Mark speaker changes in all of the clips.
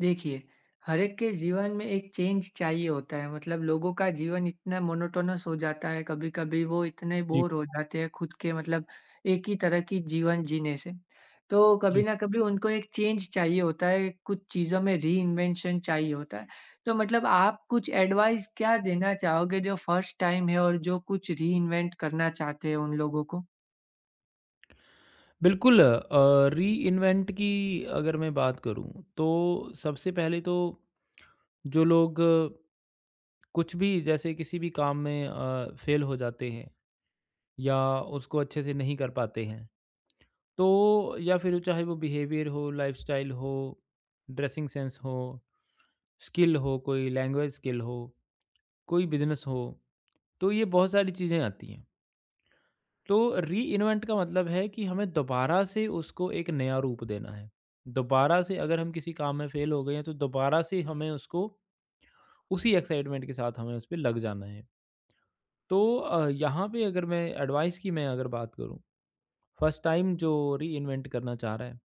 Speaker 1: देखिए, हर एक के जीवन में एक चेंज चाहिए होता है मतलब लोगों का जीवन इतना मोनोटोनस हो जाता है, कभी-कभी वो इतने
Speaker 2: जी,
Speaker 1: बोर हो जाते हैं खुद के मतलब एक ही तरह की जीवन जीने से। तो कभी
Speaker 2: जी।
Speaker 1: न कभी उनको एक चेंज चाहिए होता है, कुछ चीज़ों में रीइन्वेंशन चाहिए होता है। तो मतलब आप कुछ एडवाइस क्या देना चाहोगे जो फर्स्ट टाइम है और जो कुछ रीइन्वेंट करना चाहते हैं उन लोगों को?
Speaker 2: बिल्कुल रीइन्वेंट की अगर मैं बात करूँ, तो सबसे पहले तो जो लोग कुछ भी जैसे किसी भी काम में फ़ेल हो जाते हैं या उसको अच्छे से नहीं कर पाते हैं, तो या फिर चाहे वो बिहेवियर हो, लाइफ़स्टाइल हो, ड्रेसिंग सेंस हो, स्किल हो, कोई लैंग्वेज स्किल हो, कोई बिज़नेस हो, तो ये बहुत सारी चीज़ें आती हैं। तो रीइन्वेंट का मतलब है कि हमें दोबारा से उसको एक नया रूप देना है। दोबारा से अगर हम किसी काम में फ़ेल हो गए हैं तो दोबारा से हमें उसको उसी एक्साइटमेंट के साथ हमें उस पे लग जाना है। तो यहाँ पे अगर मैं एडवाइस की मैं अगर बात करूँ, फर्स्ट टाइम जो रीइन्वेंट करना चाह रहा है,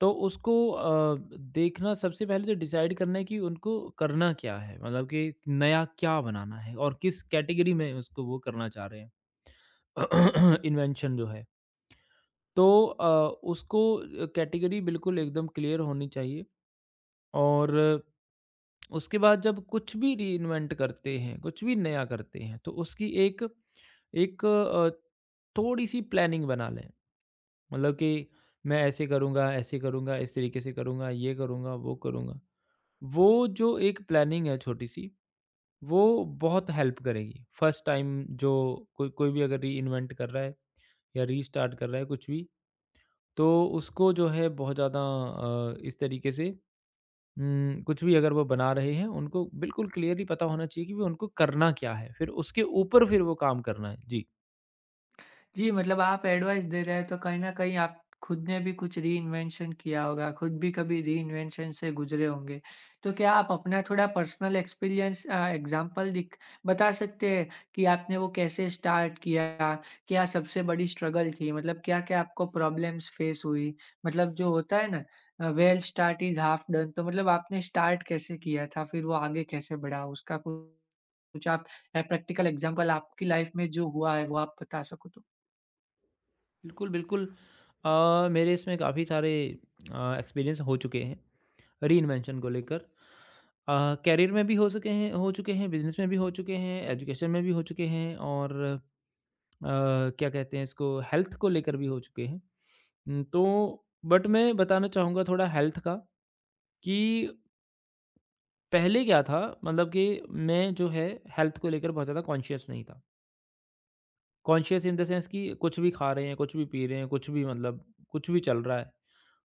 Speaker 2: तो उसको देखना सबसे पहले तो डिसाइड करना है कि उनको करना क्या है? मतलब कि नया क्या बनाना है और किस कैटेगरी में उसको वो करना चाह रहे हैं इन्वेंशन जो है। तो उसको कैटेगरी बिल्कुल एकदम क्लियर होनी चाहिए और उसके बाद जब कुछ भी रीइन्वेंट करते हैं, कुछ भी नया करते हैं, तो उसकी एक एक अ, थोड़ी-सी प्लानिंग बना लें। मतलब कि मैं ऐसे करूँगा, इस तरीके से करूँगा, ये करूँगा। वो जो एक प्लानिंग है छोटी-सी, वो बहुत हेल्प करेगी। फर्स्ट टाइम जो कोई कोई भी अगर रीइन्वेंट कर रहा है या रीस्टार्ट कर रहा है कुछ भी, तो उसको जो है बहुत ज़्यादा इस तरीके से कुछ भी अगर वो बना रहे हैं, उनको बिल्कुल क्लियरली पता होना चाहिए कि वो उनको करना क्या है, फिर उसके ऊपर फिर वो काम करना है। जी,
Speaker 1: जी, मतलब आप एडवाइस दे रहे हैं तो कहीं न कहीं आप खुद ने भी कुछ रीइन्वेंशन किया होगा, खुद भी कभी रीइन्वेंशन से गुज़रे होंगे। तो क्या आप अपना थोड़ा पर्सनल एक्सपीरियंस एग्ज़ाम्पल दिख बता सकते हैं कि आपने वो कैसे स्टार्ट किया? क्या सबसे बड़ी स्ट्रगल थी? मतलब क्या-क्या आपको प्रॉब्लम्स फेस हुई? मतलब जो होता है ना well start is half done तो मतलब आपने स्टार्ट कैसे किया था? फिर वो आगे कैसे बढ़ा? उसका कुछ कुछ प्रैक्टिकल एग्ज़ाम्पल आपकी लाइफ़ में जो हुआ है, वो आप बता सको तो?
Speaker 2: बिल्कुल, बिल्कुल मेरे इसमें काफ़ी सारे एक्सपीरियंस हो चुके हैं रीइन्वेंशन को लेकर। करियर में भी हो चुके हैं, बिज़नेस में भी हो चुके हैं, एजुकेशन में भी हो चुके हैं और अ, क्या कहते हैं इसको हेल्थ को लेकर भी हो चुके हैं। तो बट मैं बताना चाहूँगा थोड़ा हेल्थ का। कि पहले क्या था मतलब कि मैं जो है हेल्थ को लेकर बहुत ज़्यादा कॉन्शियस नहीं था। कॉन्शियस इन द सेंस कि कुछ भी खा रहे हैं, कुछ भी पी रहे हैं, कुछ भी मतलब कुछ भी चल रहा है।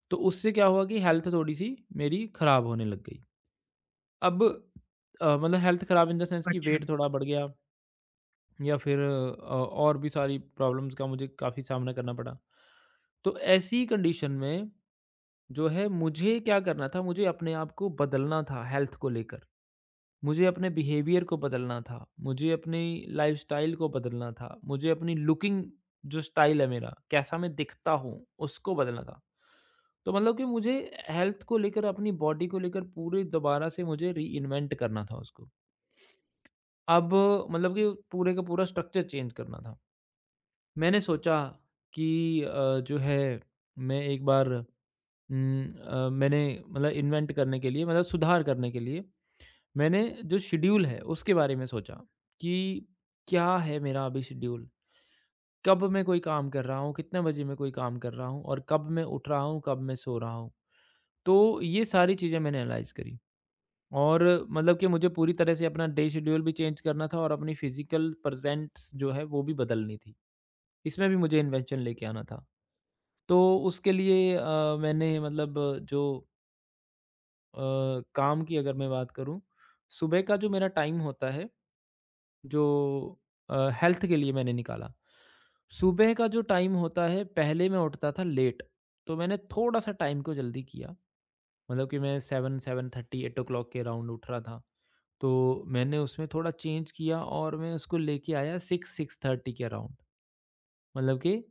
Speaker 2: तो उससे क्या हुआ कि हेल्थ थोड़ी-सी मेरी ख़राब होने लग गई। अब मतलब हेल्थ ख़राब इन द सेंस कि
Speaker 1: अच्छा।
Speaker 2: वेट थोड़ा बढ़ गया या फिर और भी सारी प्रॉब्लम्स का मुझे काफ़ी सामना करना पड़ा। तो ऐसी कंडीशन में जो है मुझे क्या करना था, मुझे अपने आप को बदलना था हेल्थ को लेकर। मुझे अपने बिहेवियर को बदलना था, मुझे अपनी लाइफ़स्टाइल को बदलना था, मुझे अपनी लुकिंग जो स्टाइल है मेरा, कैसा मैं दिखता हूँ, उसको बदलना था। तो मतलब कि मुझे हेल्थ को लेकर, अपनी बॉडी को लेकर पूरे दोबारा से मुझे रीइन्वेंट करना था उसको। अब मतलब कि पूरे का पूरा स्ट्रक्चर चेंज करना था। मैंने सोचा कि जो है मैं एक बार मैंने मतलब इन्वेंट करने के लिए मतलब सुधार करने के लिए मैंने जो शेड्यूल है उसके बारे में सोचा कि क्या है मेरा अभी शेड्यूल कब मैं कोई काम कर रहा हूँ कितने बजे मैं कोई काम कर रहा हूँ और कब मैं उठ रहा हूँ कब मैं सो रहा हूँ तो ये सारी चीज़ें मैंने एनालाइज करी और मतलब कि मुझे पूरी तरह से अपना डे शेड्यूल भी चेंज करना था और अपनी फिजिकल प्रेजेंट्स जो है वो भी बदलनी थी इसमें भी मुझे इन्वेंशन लेके आना था तो उसके लिए मैंने मतलब जो अ, काम की अगर मैं बात करूँ सुबह का जो मेरा टाइम होता है जो हेल्थ के लिए मैंने निकाला। सुबह का जो टाइम होता है पहले मैं उठता था लेट, तो मैंने थोड़ा-सा टाइम को जल्दी किया। मतलब कि मैं 7 7:30 8 ओ क्लॉक के अराउंड उठ रहा था। तो मैंने उसमें थोड़ा चेंज किया और मैं उसको लेके आया 6 6:30 के अराउंड। मतलब कि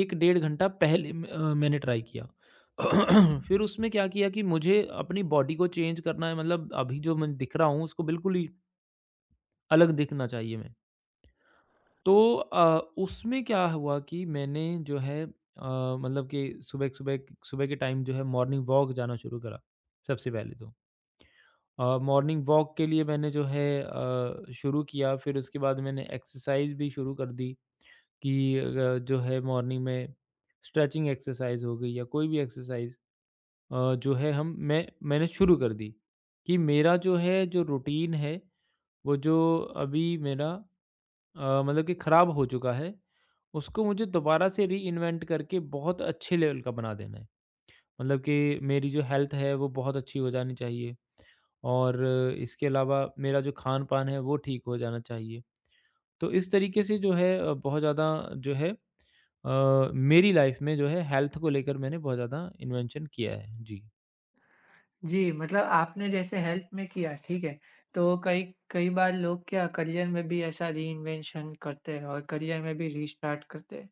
Speaker 2: 1 डेढ़ घंटा पहले मैंने ट्राई किया। फिर उसमें क्या किया कि मुझे अपनी बॉडी को चेंज करना है मतलब अभी जो मैं दिख रहा हूँ उसको बिल्कुल ही अलग दिखना चाहिए मैं। तो उसमें क्या हुआ कि मैंने जो है मतलब कि सुबह-सुबह सुबह सुबह के टाइम जो है मॉर्निंग वॉक जाना शुरू करा, सबसे पहले तो। मॉर्निंग वॉक के लिए मैंने जो है शुरू किया फिर उसके बाद मैंने एक्सरसाइज भी शुरू कर दी कि जो है मॉर्निंग में स्ट्रेचिंग एक्सरसाइज हो गई या कोई भी एक्सरसाइज जो है हम मैं मैंने शुरू कर दी कि मेरा जो है जो रूटीन है, वो जो अभी मेरा मतलब कि खराब हो चुका है, उसको मुझे दोबारा से रीइन्वेंट करके बहुत अच्छे लेवल का बना देना है। मतलब कि मेरी जो हेल्थ है वो बहुत अच्छी हो जानी चाहिए और इसके अलावा मेरा जो खान-पान है वो ठीक हो जाना चाहिए। तो इस तरीके से जो है बहुत ज़्यादा जो है मेरी लाइफ में जो है हेल्थ को लेकर मैंने बहुत ज़्यादा इन्वेंशन किया है। जी।
Speaker 1: जी, मतलब आपने जैसे हेल्थ में किया, ठीक है? तो कई कई बार लोग क्या करियर में भी ऐसा रीइन्वेंशन करते हैं और करियर में भी रीस्टार्ट करते हैं।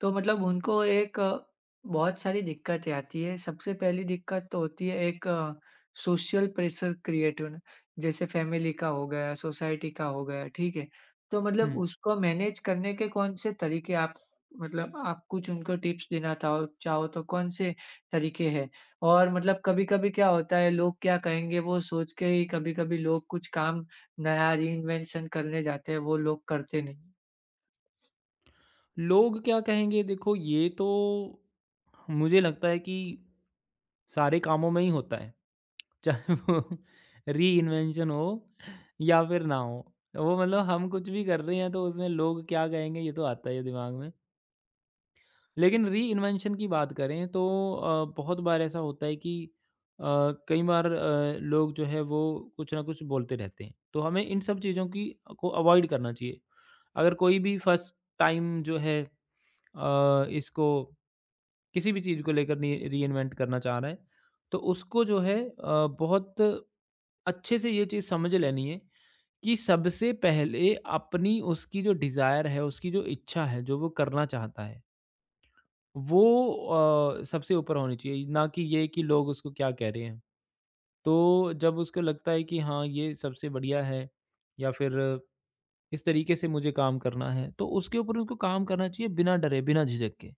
Speaker 1: तो मतलब उनको बहुत सारी दिक्कतें आती है। सबसे पहली दिक्कत तो होती है एक सोशल प्रेशर क्रिएट होना, जैसे फैमिली का हो गया, सोसाइटी का हो गया, ठीक है? तो मतलब
Speaker 2: हुँ।
Speaker 1: उसको मैनेज करने के कौन से तरीके आप मतलब आप कुछ उनको टिप्स देना ताओ चाहो तो कौन से तरीके हैं? और मतलब कभी-कभी क्या होता है, लोग क्या कहेंगे वो सोच के ही कभी-कभी लोग कुछ काम नया रीइन्वेंशन करने जाते हैं, वो लोग करते नहीं।
Speaker 2: लोग क्या कहेंगे देखो ये तो मुझे लगता है कि सारे कामों में ही होता है। चाहे वो रीइन्वेंशन हो या फिर ना हो। वो मतलब हम कुछ भी कर रहे हैं तो उसमें लोग क्या कहेंगे ये तो आता ही है दिमाग में। लेकिन रीइन्वेंशन की बात करें तो बहुत बार ऐसा होता है कि अ, कई बार लोग जो है वो कुछ ना कुछ बोलते रहते हैं। तो हमें इन सब चीज़ों की को अवॉइड करना चाहिए। अगर कोई भी फर्स्ट टाइम जो है इसको किसी भी चीज़ को लेकर नी रीइन्वेंट करना चाह रहा है तो उसको जो है बहुत अच्छे से ये चीज़ समझ लेनी है कि सबसे पहले अपनी उसकी जो डिज़ायर है, उसकी जो इच्छा है, जो वो करना चाहता है, वो सबसे ऊपर होनी चाहिए, ना कि ये कि लोग उसको क्या कह रहे हैं। तो जब उसको लगता है कि हाँ, ये सबसे बढ़िया है या फिर इस तरीके से मुझे काम करना है, तो उसके ऊपर उसको काम करना चाहिए बिना डरे, बिना झिझक के।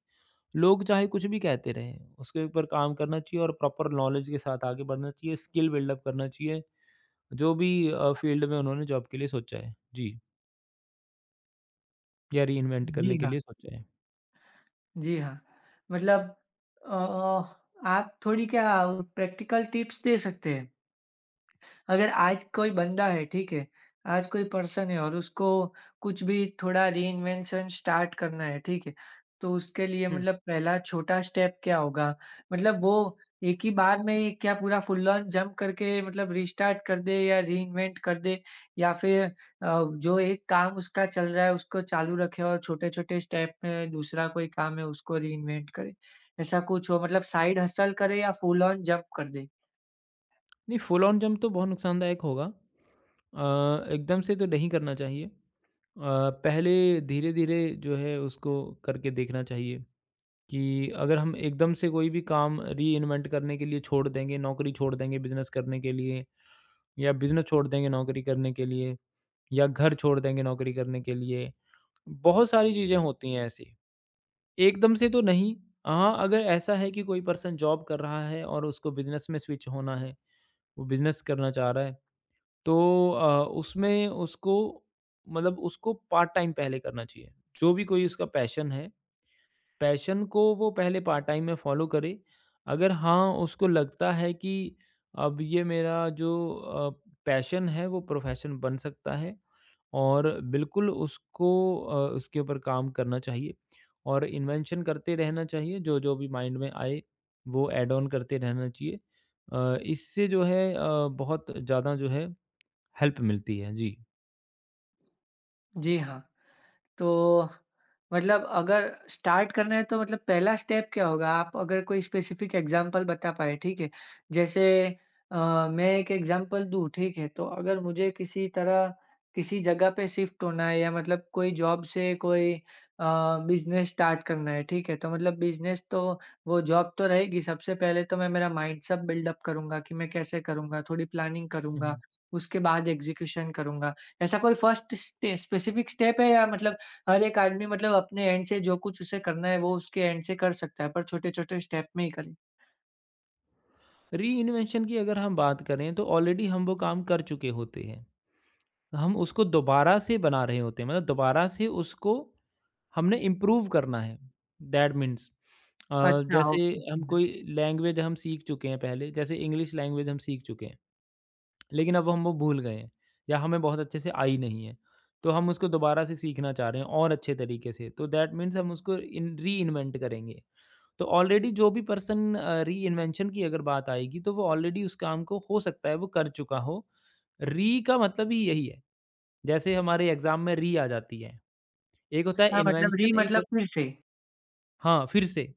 Speaker 2: लोग चाहे कुछ भी कहते रहें, उसके ऊपर काम करना चाहिए और प्रॉपर नॉलेज के साथ आगे बढ़ना चाहिए, स्किल बिल्डअप करना चाहिए, जो भी फ़ील्ड में उन्होंने जॉब के लिए सोचा है। जी, या रीइन्वेंट
Speaker 1: जी
Speaker 2: करने के
Speaker 1: हाँ।
Speaker 2: लिए सोचा है।
Speaker 1: जी हाँ, मतलब अ, आप थोड़ी क्या प्रैक्टिकल टिप्स दे सकते हैं? अगर आज कोई बंदा है, ठीक है? आज कोई पर्सन है और उसको कुछ भी थोड़ा रीइन्वेंशन स्टार्ट करना है, ठीक है? तो उसके लिए
Speaker 2: हुँ,
Speaker 1: मतलब पहला छोटा स्टेप क्या होगा? मतलब वो एक ही बार में ये क्या पूरा फुल ऑन जंप करके मतलब रिस्टार्ट कर दे या रीइन्वेंट कर दे या फिर जो एक काम उसका चल रहा है उसको चालू रखे और छोटे-छोटे स्टेप में दूसरा कोई काम है उसको रीइन्वेंट करे? ऐसा कुछ हो मतलब साइड हसल करे या फुल ऑन जंप कर दे?
Speaker 2: नहीं फुल ऑन जंप तो बहुत नुकसानदायक होगा। एकदम से तो नहीं करना चाहिए। पहले धीरे-धीरे जो है उसको करके देखना चाहिए। कि अगर हम एकदम से कोई भी काम रीइन्वेंट करने के लिए छोड़ देंगे, नौकरी छोड़ देंगे बिज़नेस करने के लिए या बिज़नेस छोड़ देंगे नौकरी करने के लिए या घर छोड़ देंगे नौकरी करने के लिए। बहुत सारी चीज़ें होती हैं ऐसी, एकदम से तो नहीं। हाँ, अगर ऐसा है कि कोई पर्सन जॉब कर रहा है और उसको बिज़नेस में स्विच होना है, वो बिज़नेस करना चाह रहा है, तो उसमें उसको मतलब उसको पार्ट टाइम पहले करना चाहिए। जो भी कोई उसका पैशन है पैशन को वो पहले पार्ट टाइम में फॉलो करे। अगर हाँ, उसको लगता है कि अब ये मेरा जो अ, पैशन है वो प्रोफेशन बन सकता है और बिल्कुल उसको उसके ऊपर काम करना चाहिए और इन्वेंशन करते रहना चाहिए, जो-जो भी माइंड में आए वो ऐड ऑन करते रहना चाहिए। इससे जो है बहुत ज़्यादा जो है हेल्प मिलती है। जी।
Speaker 1: जी हाँ। तो मतलब अगर स्टार्ट करना है तो मतलब पहला स्टेप क्या होगा? आप अगर कोई स्पेसिफिक एग्ज़ाम्पल बता पाएँ, ठीक है? जैसे अ, मैं एक एग्ज़ाम्पल दूँ, ठीक है? तो अगर मुझे किसी तरह किसी जगह पे शिफ्ट होना है या मतलब कोई जॉब से बिज़नेस स्टार्ट करना है, ठीक है? तो मतलब बिज़नेस तो वो जॉब तो रहेगी, सबसे पहले तो मैं मेरा माइंडसेट बिल्डअप करूँगा कि मैं कैसे करूँगा, थोड़ी प्लानिंग
Speaker 2: हुँ,
Speaker 1: करूँगा,
Speaker 2: हुँ।
Speaker 1: उसके बाद एग्ज़ीक्यूशन करूँगा। ऐसा कोई फर्स्ट स्टे स्पेसिफिक स्टेप है या मतलब हर एक आदमी मतलब अपने एंड से जो कुछ उसे करना है, वो उसके एंड से कर सकता है, पर छोटे-छोटे स्टेप में ही करे।
Speaker 2: रीइन्वेंशन की अगर हम बात करें तो ऑलरेडी हम वो काम कर चुके होते हैं। हम उसको दोबारा से बना रहे होते हैं मतलब दोबारा से उसको हमने इम्प्रूव करना है दैट मीन्स
Speaker 1: अच्छा,
Speaker 2: जैसे
Speaker 1: ओके
Speaker 2: हम
Speaker 1: समझा।
Speaker 2: कोई लैंग्वेज हम सीख चुके हैं पहले जैसे इंग्लिश लैंग्वेज हम सीख चुके हैं लेकिन अब हम वो भूल गए हैं या हमें बहुत अच्छे से आई नहीं है तो हम उसको दोबारा से सीखना चाह रहे हैं और अच्छे तरीके से तो दैट मीन्स हम उसको इन री इन्वेंट करेंगे तो ऑलरेडी जो भी पर्सन री इन्वेंशन की अगर बात आएगी तो वो ऑलरेडी उस काम को हो सकता है वो कर चुका हो री का मतलब ही यही है जैसे हमारे एग्ज़ाम में री आ जाती है। एक होता है
Speaker 1: हाँ, मतलब री
Speaker 2: इन्वेंशन एक
Speaker 1: मतलब
Speaker 2: होत
Speaker 1: फिर से।
Speaker 2: हाँ, फिर से।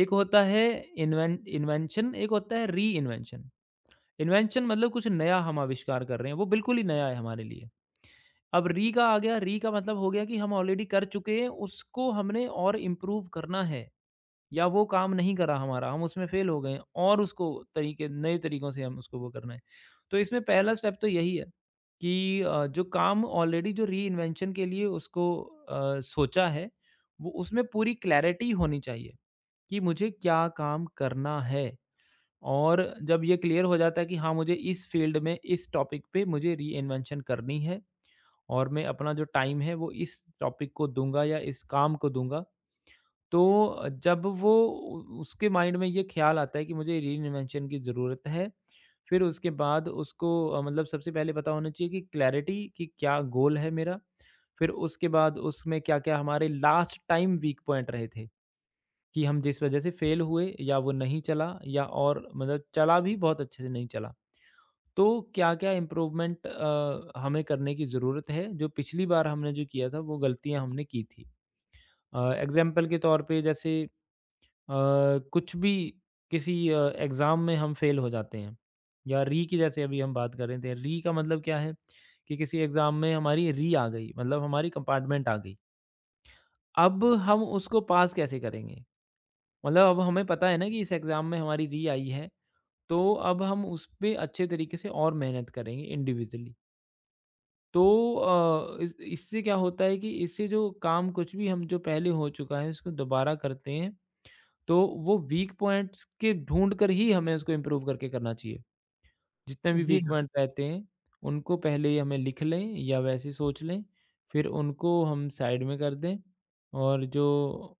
Speaker 2: एक होता है इन्वेन इन्वेंशन एक होता है री-इन्वेंशन। इन्वेंशन इन्वेंशन मतलब कुछ नया हम आविष्कार कर रहे हैं, वो बिल्कुल ही नया है हमारे लिए। अब री का आ गया, री का मतलब हो गया कि हम ऑलरेडी कर चुके हैं, उसको हमने और इम्प्रूव करना है। या वो काम नहीं करा हमारा, हम उसमें फ़ेल हो गए और उसको तरीके नए तरीकों से हम उसको वो करना है। तो इसमें पहला स्टेप तो यही है कि जो काम ऑलरेडी जो रीइन्वेंशन के लिए उसको सोचा है, वो उसमें पूरी क्लैरिटी होनी चाहिए कि मुझे क्या काम करना है। और जब ये क्लियर हो जाता है कि हाँ, मुझे इस फ़ील्ड में, इस टॉपिक पे मुझे रीइन्वेंशन करनी है और मैं अपना जो टाइम है, वो इस टॉपिक को दूँगा या इस काम को दूँगा। तो जब वो उ उसके माइंड में ये ख़्याल आता है कि मुझे रीइन्वेंशन की ज़रूरत है, फिर उसके बाद उसको मतलब सबसे पहले पता होना चाहिए कि क्लैरिटी कि क्या गोल है मेरा? फिर उसके बाद उसमें क्या-क्या हमारे लास्ट टाइम वीक पॉइंट रहे थे, कि हम जिस वज़ह से फ़ेल हुए या वो नहीं चला या और मतलब चला भी बहुत अच्छे से नहीं चला। तो क्या-क्या इम्प्रूवमेंट हमें करने की ज़रूरत है, जो पिछली बार हमने जो किया था, वो गलतियाँ हमने की थी। एग्ज़ाम्पल के तौर पे जैसे अ, कुछ भी किसी एग्ज़ाम में हम फ़ेल हो जाते हैं या री की जैसे अभी हम बात कर रहे थे री का मतलब क्या है कि किसी एग्ज़ाम में हमारी री आ गई मतलब हमारी कंपार्टमेंट आ गई अब हम उसको पास कैसे करेंगे मतलब अब हमें पता है ना कि इस एग्ज़ाम में हमारी री आई है तो अब हम उस पे अच्छे तरीके से और मेहनत करेंगे इंडिविजुअली तो अ, इस इससे क्या होता है कि इससे जो काम कुछ भी हम जो पहले हो चुका है उसको दोबारा करते हैं तो वो वीक पॉइंट्स के ढूँढ कर ही हमें उसको इम्प्रूव करके करना चाहिए। जितने भी
Speaker 1: जी
Speaker 2: वीक
Speaker 1: हाँ।
Speaker 2: पॉइंट रहते हैं, उनको पहले ही हमें लिख लें या वैसे ही सोच लें, फिर उनको हम साइड में कर दें और जो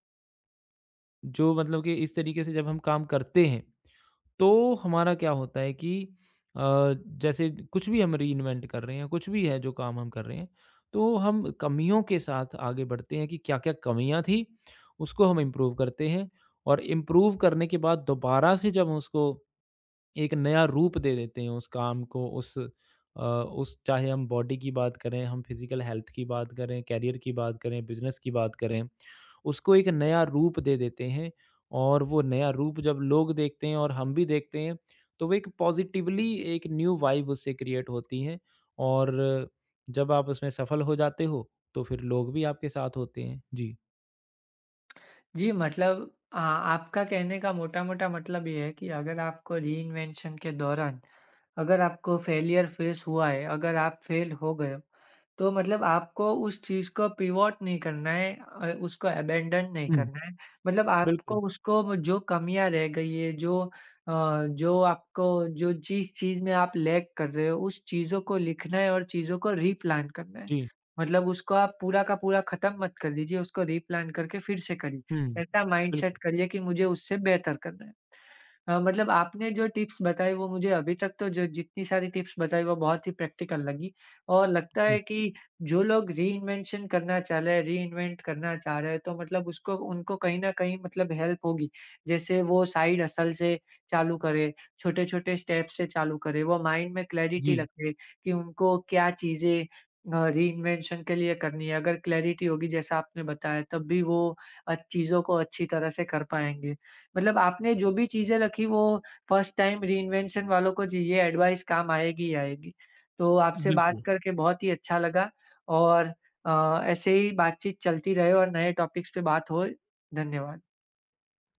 Speaker 2: जो मतलब कि इस तरीके से जब हम काम करते हैं तो हमारा क्या होता है कि अ, जैसे कुछ भी हम रीइन्वेंट कर रहे हैं, कुछ भी है जो काम हम कर रहे हैं, तो हम कमियों के साथ आगे बढ़ते हैं कि क्या-क्या कमियाँ थी, उसको हम इम्प्रूव करते हैं और इम्प्रूव करने के बाद दोबारा से जब हम उसको एक नया रूप दे देते हैं उस काम को उस चाहे हम बॉडी की बात करें, हम फिज़िकल हेल्थ की बात करें, करियर की बात करें, बिज़नेस की बात करें, उसको एक नया रूप दे देते हैं और वो नया रूप जब लोग देखते हैं और हम भी देखते हैं, तो वो एक पॉज़िटिवली एक न्यू वाइब उससे क्रिएट होती है और जब आप उसमें सफल हो जाते हो, तो फिर लोग भी आपके साथ होते हैं। जी।
Speaker 1: जी, मतलब आपका कहने का मोटा-मोटा मतलब ये है कि अगर आपको रीइन्वेंशन के दौरान अगर आपको फेलियर फेस हुआ है, अगर आप फेल हो गए तो मतलब आपको उस चीज़ को पिवोट नहीं करना है, उसको अबैंडन नहीं
Speaker 2: हुँ,
Speaker 1: करना है। मतलब आपको
Speaker 2: बिल्कुल।
Speaker 1: उसको जो कमियाँ रह गई है, जो अ, जो आपको जो जिस चीज़ में आप लैक कर रहे हो, उस चीज़ों को लिखना है और चीज़ों को रीप्लान करना है।
Speaker 2: जी।
Speaker 1: मतलब उसको आप पूरा का पूरा खत्म मत कर दीजिए, उसको रीप्लान करके फिर से
Speaker 2: हुँ,
Speaker 1: करिए। ऐसा माइंडसेट
Speaker 2: बिल्कुल।
Speaker 1: करिए कि मुझे उससे बेहतर करना है। मतलब आपने जो टिप्स बताई वो मुझे अभी तक तो जो जितनी सारी टिप्स बताई वो बहुत ही प्रैक्टिकल लगी और लगता है
Speaker 2: जी,
Speaker 1: कि जो लोग रीइन्वेंशन करना चाह रहे हैं रीइन्वेंट करना चाह रहे हैं तो मतलब उसको उनको कहीं न कहीं मतलब हेल्प होगी। जैसे वो साइड हसल से चालू करें, छोटे-छोटे स्टेप से चालू करें, वो माइंड में क्लैरिटी
Speaker 2: जी,
Speaker 1: रखें कि उनको क्या चीज़ें रीइन्वेंशन के लिए करनी है। अगर क्लैरिटी होगी जैसा आपने बताया तब भी वो चीज़ों को अच्छी तरह से कर पाएँगे। मतलब आपने जो भी चीज़ें रखी वो फर्स्ट टाइम रीइन्वेंशन वालों को जी ये एडवाइस काम आएगी ही आएगी। तो आपसे बात
Speaker 2: बिल्कुल।
Speaker 1: करके बहुत ही अच्छा लगा और ऐसे ही बातचीत चलती रहे और नए टॉपिक्स पे बात होए। धन्यवाद।